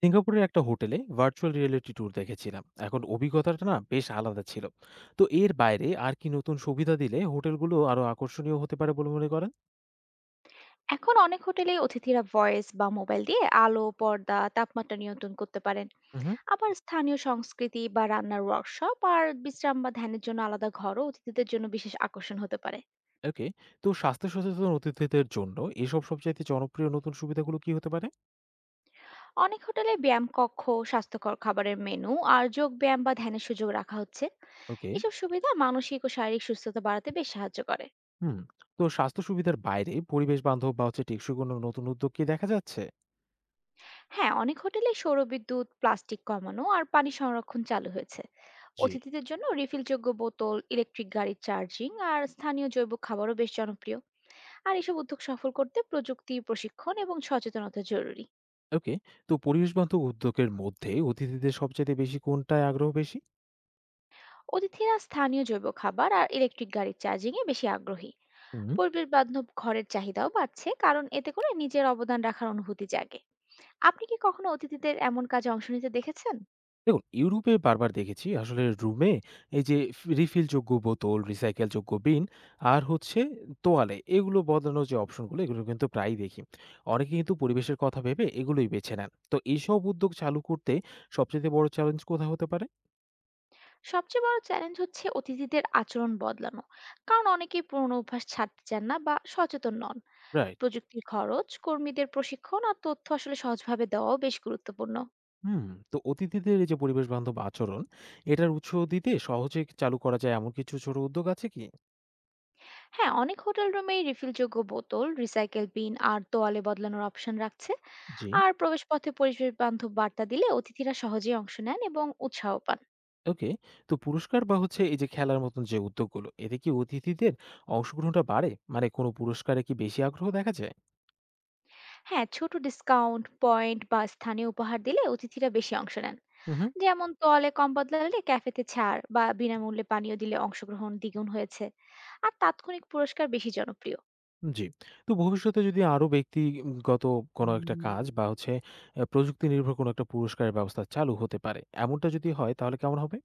সিঙ্গাপুরের একটা হোটেলে ভার্চুয়াল রিয়েলিটি ট্যুর দেখেছিলাম, এখন অভিজ্ঞতাটা না বেশ আলাদা ছিল। তো এর বাইরে আর কি নতুন সুবিধা দিলে হোটেলগুলো আরো আকর্ষণীয় হতে পারে বলে মনে করেন? এখন অনেক হোটেলেই অতিথিরা ভয়েস বা মোবাইল দিয়ে আলো পর্দা তাপমাত্রা নিয়ন্ত্রণ করতে পারেন। হুম। আবার স্থানীয় সংস্কৃতি বা রান্নার ওয়ার্কশপ আর বিশ্রাম বা ধ্যানের জন্য আলাদা ঘরও অতিথিদের জন্য বিশেষ আকর্ষণ হতে পারে। ওকে। তো স্বাস্থ্য সচেতন অতিথিদের জন্য এসব সবচাইতে জনপ্রিয় নতুন সুবিধাগুলো কি হতে পারে? অনেক হোটেলে ব্যায়াম কক্ষ, স্বাস্থ্যকর খাবারের মেনু আর যোগ ব্যায়াম বা ধ্যানের সুযোগ রাখা হচ্ছে। ওকে। এসব সুবিধা মানসিক ও শারীরিক সুস্থতা বাড়াতে বেশ সাহায্য করে। হুম। তো স্বাস্থ্য সুবিধার বাইরে পরিবেশ বান্ধব বা টেকসই কোনো নতুন উদ্যোগ কি দেখা যাচ্ছে? হ্যাঁ, অনেক হোটেলে সৌরবিদ্যুৎ, প্লাস্টিক কমানো আর পানি সংরক্ষণ চালু হয়েছে। জি। অতিথিদের জন্য রিফিলযোগ্য বোতল, ইলেকট্রিক গাড়ির চার্জিং আর স্থানীয় জৈব খাবারও বেশ জনপ্রিয়। আর এসব উদ্যোগ সফল করতে প্রযুক্তি, প্রশিক্ষণ এবং সচেতনতা জরুরি। ওকে। তো পরিবেশ বান্ধব উদ্যোগের মধ্যে অতিথিদের সবচেয়ে বেশি কোনটায় আগ্রহ বেশি? অতিথিরা স্থানীয় জৈব খাবার আর ইলেকট্রিক গাড়ির চার্জিংয়ে বেশি আগ্রহী। হুম। পরিবেশ বান্ধব ঘরের চাহিদাও বাড়ছে, কারণ এতে করে নিজের অবদান রাখার অনুভূতি জাগে। আপনি কি কখনো অতিথিদের এমন কাজে অংশ নিতে দেখেছেন? দেখুন, ইউরোপে বারবার দেখেছি আসলে রুমে এই যে রিফিলযোগ্য বোতল, রিসাইকেলযোগ্য বিন আর তোয়ালে এগুলো বদলানোর যে অপশনগুলো এগুলো কিন্তু প্রায়ই দেখি। অনেকে কিন্তু পরিবেশের কথা ভেবে এগুলোই বেছে নেন। তো এইসব উদ্যোগ চালু করতে সবচাইতে বড় চ্যালেঞ্জ কোথায় হতে পারে? সবচেয়ে বড় চ্যালেঞ্জ হচ্ছে অতিথিদের আচরণ বদলানো, কারণ অনেকেই পুরনো অভ্যাস ছাড়তে চান না বা সচেতন নন। রাইট। প্রযুক্তির খরচ, কর্মীদের প্রশিক্ষণ আর তথ্য আসলে সহজভাবে দেওয়াও বেশ গুরুত্বপূর্ণ। হুম। তো অতিথিদের এই যে পরিবেশ বান্ধব আচরণ এটার উৎস দিতে সহজে চালু করা যায় এমন কিছু ছোট উদ্যোগ আছে কি? হ্যাঁ, অনেক হোটেল রুমেই রিফিলযোগ্য বোতল, রিসাইকেল বিন আর তোয়ালে বদলানোর অপশন রাখছে। জি। আর প্রবেশপথে পরিবেশ বান্ধব বার্তা দিলে অতিথিরা সহজেই অংশ নেন এবং উৎসাহ পান। ওকে। তো পুরস্কার বা এই যে খেলার মতন যে উদ্যোগগুলো এতে কি অতিথিদের অংশগ্রহণটা বাড়ে? মানে কোনো পুরস্কারে কি বেশি আগ্রহ দেখা যায়? হ্যাঁ, ছোট ডিসকাউন্ট, পয়েন্ট বা স্থানীয় উপহার দিলে অতিথিরা বেশি অংশ নেন। হুম। যেমন তলে কম বদলালে ক্যাফেতে ছাড় বা বিনামূল্যে পানীয় দিলে অংশগ্রহণ দ্বিগুণ হয়েছে। আর তাৎক্ষণিক পুরস্কার বেশি জনপ্রিয়। জি। তো ভবিষ্যতে যদি আরো ব্যক্তিগত কোনো একটা কাজ বা প্রযুক্তি নির্ভর কোনো একটা পুরস্কারের ব্যবস্থা চালু হতে পারে, এমনটা যদি হয় তাহলে কেমন হবে?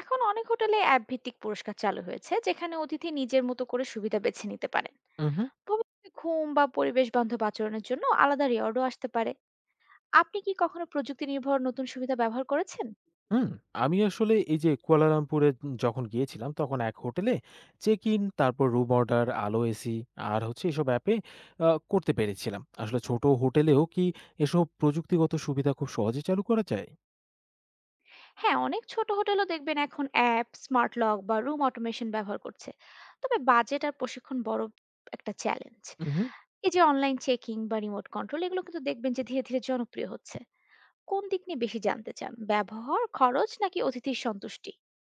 এখন অনেক হোটেলে অ্যাপ ভিত্তিক পুরস্কার চালু হয়েছে, যেখানে অতিথি নিজের মতো করে সুবিধা বেছে নিতে পারেন। হুম। ভবিষ্যতে ঘুম বা পরিবেশ বান্ধব আচরণের জন্য আলাদা রিওয়ার্ডও আসতে পারে। আপনি কি কখনো প্রযুক্তি নির্ভর নতুন সুবিধা ব্যবহার করেছেন? হুম, আমি আসলে এই যে কুয়ালালামপুরে যখন গিয়েছিলাম তখন এক হোটেলে চেক ইন, তারপর রুম অর্ডার, আলো, এসি আর এসব অ্যাপে করতে পেরেছিলাম। আসলে ছোট হোটেলেও কি এসব প্রযুক্তিগত সুবিধা খুব সহজে চালু করা যায়? হ্যাঁ, অনেক ছোট হোটেলও দেখবেন এখন অ্যাপ, স্মার্ট লক বা রুম অটোমেশন ব্যবহার করছে। তবে বাজেট আর প্রশিক্ষণ বড় একটা চ্যালেঞ্জ। হুম। এই যে অনলাইন চেকিং বা রিমোট কন্ট্রোল এগুলো কিন্তু দেখবেন যে ধীরে ধীরে জনপ্রিয় হচ্ছে। কোন দিক নিয়ে বেশি জানতে চান? ব্যবহার, খরচ নাকি অতিথির সন্তুষ্টি?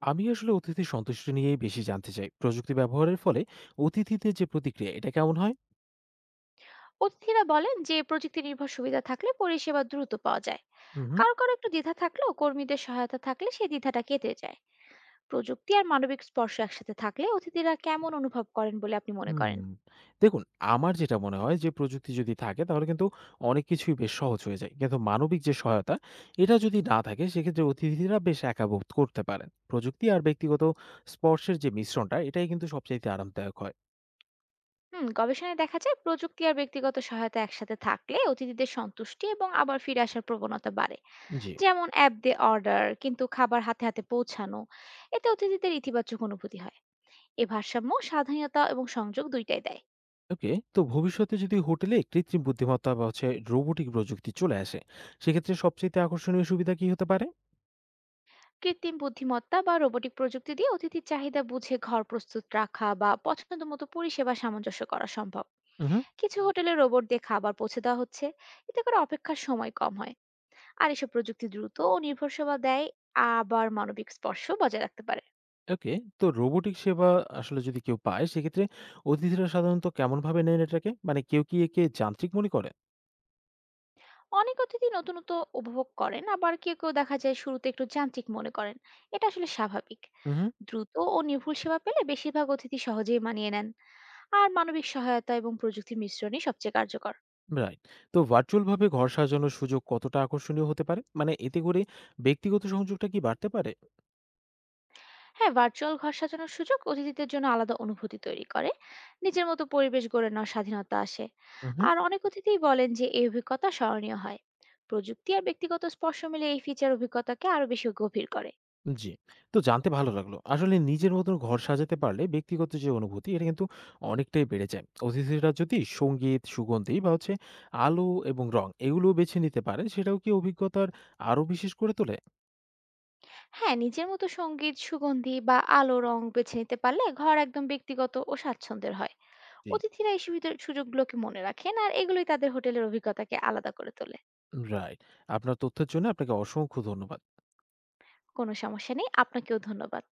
আমি আসলে অতিথির সন্তুষ্টি নিয়েই বেশি জানতে চাই। প্রযুক্তি ব্যবহারের ফলে অতিথিদের যে প্রতিক্রিয়া এটা কেমন হয়? অতিথিরা বলেন যে প্রযুক্তি নির্ভর সুবিধা থাকলে পরিষেবা দ্রুত পাওয়া যায়। হুম। কারো কারো একটু দ্বিধা থাকলেও কর্মীদের সহায়তা থাকলে সেই দ্বিধাটা কেটে যায়। প্রযুক্তি আর মানবিক স্পর্শ একসাথে থাকলে অতিথিরা কেমন অনুভব করেন বলে আপনি মনে করেন? হুম। দেখুন, আমার যেটা মনে হয় যে প্রযুক্তি যদি থাকে তাহলে কিন্তু অনেক কিছুই বেশ সহজ হয়ে যায়। কিন্তু মানবিক যে সহায়তা এটা যদি না থাকে সেক্ষেত্রে অতিথিরা বেশ একা বোধ করতে পারেন। প্রযুক্তি আর ব্যক্তিগত স্পর্শের যে মিশ্রণটা এটাই কিন্তু সবচাইতে আরামদায়ক হয়। হুম, গবেষণায় দেখা যায় প্রযুক্তি আর ব্যক্তিগত সহায়তা একসাথে থাকলে অতিথিদের সন্তুষ্টি এবং আবার ফিরে আসার প্রবণতা বাড়ে। জি। যেমন অ্যাপ দিয়ে অর্ডার কিন্তু খাবার হাতে হাতে পৌঁছানো, এতে অতিথিদের ইতিবাচক অনুভূতি হয়। এ ভারসাম্য স্বাধীনতা এবং সংযোগ দুইটাই দেয়। ওকে। তো ভবিষ্যতে যদি হোটেলে কৃত্রিম বুদ্ধিমত্তা বা রোবোটিক প্রযুক্তি চলে আসে, সেক্ষেত্রে সবচাইতে আকর্ষণীয় সুবিধা কি হতে পারে? কৃত্রিম বুদ্ধিমত্তা বা রোবোটিক প্রযুক্তি দিয়ে অতিথির চাহিদা বুঝে ঘর প্রস্তুত রাখা বা পছন্দ মতো পরিষেবা সামঞ্জস্য করা সম্ভব। উহু। কিছু হোটেলে রোবট দিয়ে খাবার পৌঁছে দেওয়া হচ্ছে, এতে করে অপেক্ষার সময় কম হয়। আর এসব প্রযুক্তি দ্রুত ও নির্ভর সেবা দেয়, আবার মানবিক স্পর্শ বজায় রাখতে পারে। ওকে। তো রোবোটিক সেবা আসলে যদি কেউ পায়, সেক্ষেত্রে অতিথিরা সাধারণত কেমনভাবে নেন এটাকে? মানে কেউ কি একে যান্ত্রিক মনে করে? অনেক অতিথি নতুনত্ব উপভোগ করেন, আবার কেউ কেউ দেখা যায় শুরুতে একটু যান্ত্রিক মনে করেন। এটা আসলে স্বাভাবিক। হুম, হুম। দ্রুত ও নির্ভুল সেবা পেলে বেশিরভাগ অতিথি সহজেই মানিয়ে নেন। আর মানবিক সহায়তা এবং প্রযুক্তির মিশ্রণই সবচেয়ে কার্যকর। রাইট। তো ভার্চুয়ালভাবে ঘর সাজানোর সুযোগ কতটা আকর্ষণীয় হতে পারে? মানে এতে করে ব্যক্তিগত সংযোগটা কি বাড়তে পারে? হ্যাঁ, ভার্চুয়াল ঘর সাজানোর সুযোগ অতিথিদের জন্য আলাদা অনুভূতি তৈরি করে। নিজের মতো পরিবেশ গড়ে নেওয়ার স্বাধীনতা আসে। হুম, হুম। আর অনেক অতিথিই বলেন যে এই অভিজ্ঞতা স্মরণীয় হয়। প্রযুক্তি আর ব্যক্তিগত স্পর্শ মিলে এই ফিচার অভিজ্ঞতাকে আরো বেশি গভীর করে। জি। তো জানতে ভালো লাগলো। আসলে নিজের মতন ঘর সাজাতে পারলে ব্যক্তিগত যে অনুভূতি, এটা কিন্তু অনেকটাই বেড়ে যায়। অতিথিরা যদি সংগীত, সুগন্ধি বা আলো এবং রং এগুলোও বেছে নিতে পারে, সেটাও কি অভিজ্ঞতার আরো বিশেষ করে তোলে? হ্যাঁ, নিজের মতো সঙ্গীত, সুগন্ধি বা আলো, রং বেছে নিতে পারলে ঘর একদম ব্যক্তিগত ও স্বাচ্ছন্দ্যের হয়। জি। অতিথিরা এই সুবিধার সুযোগগুলোকে মনে রাখেন, আর এগুলোই তাদের হোটেলের অভিজ্ঞতাকে আলাদা করে তোলে। রাইট। আপনার তথ্যের জন্য আপনাকে অসংখ্য ধন্যবাদ। কোনো সমস্যা নেই, আপনাকেও ধন্যবাদ।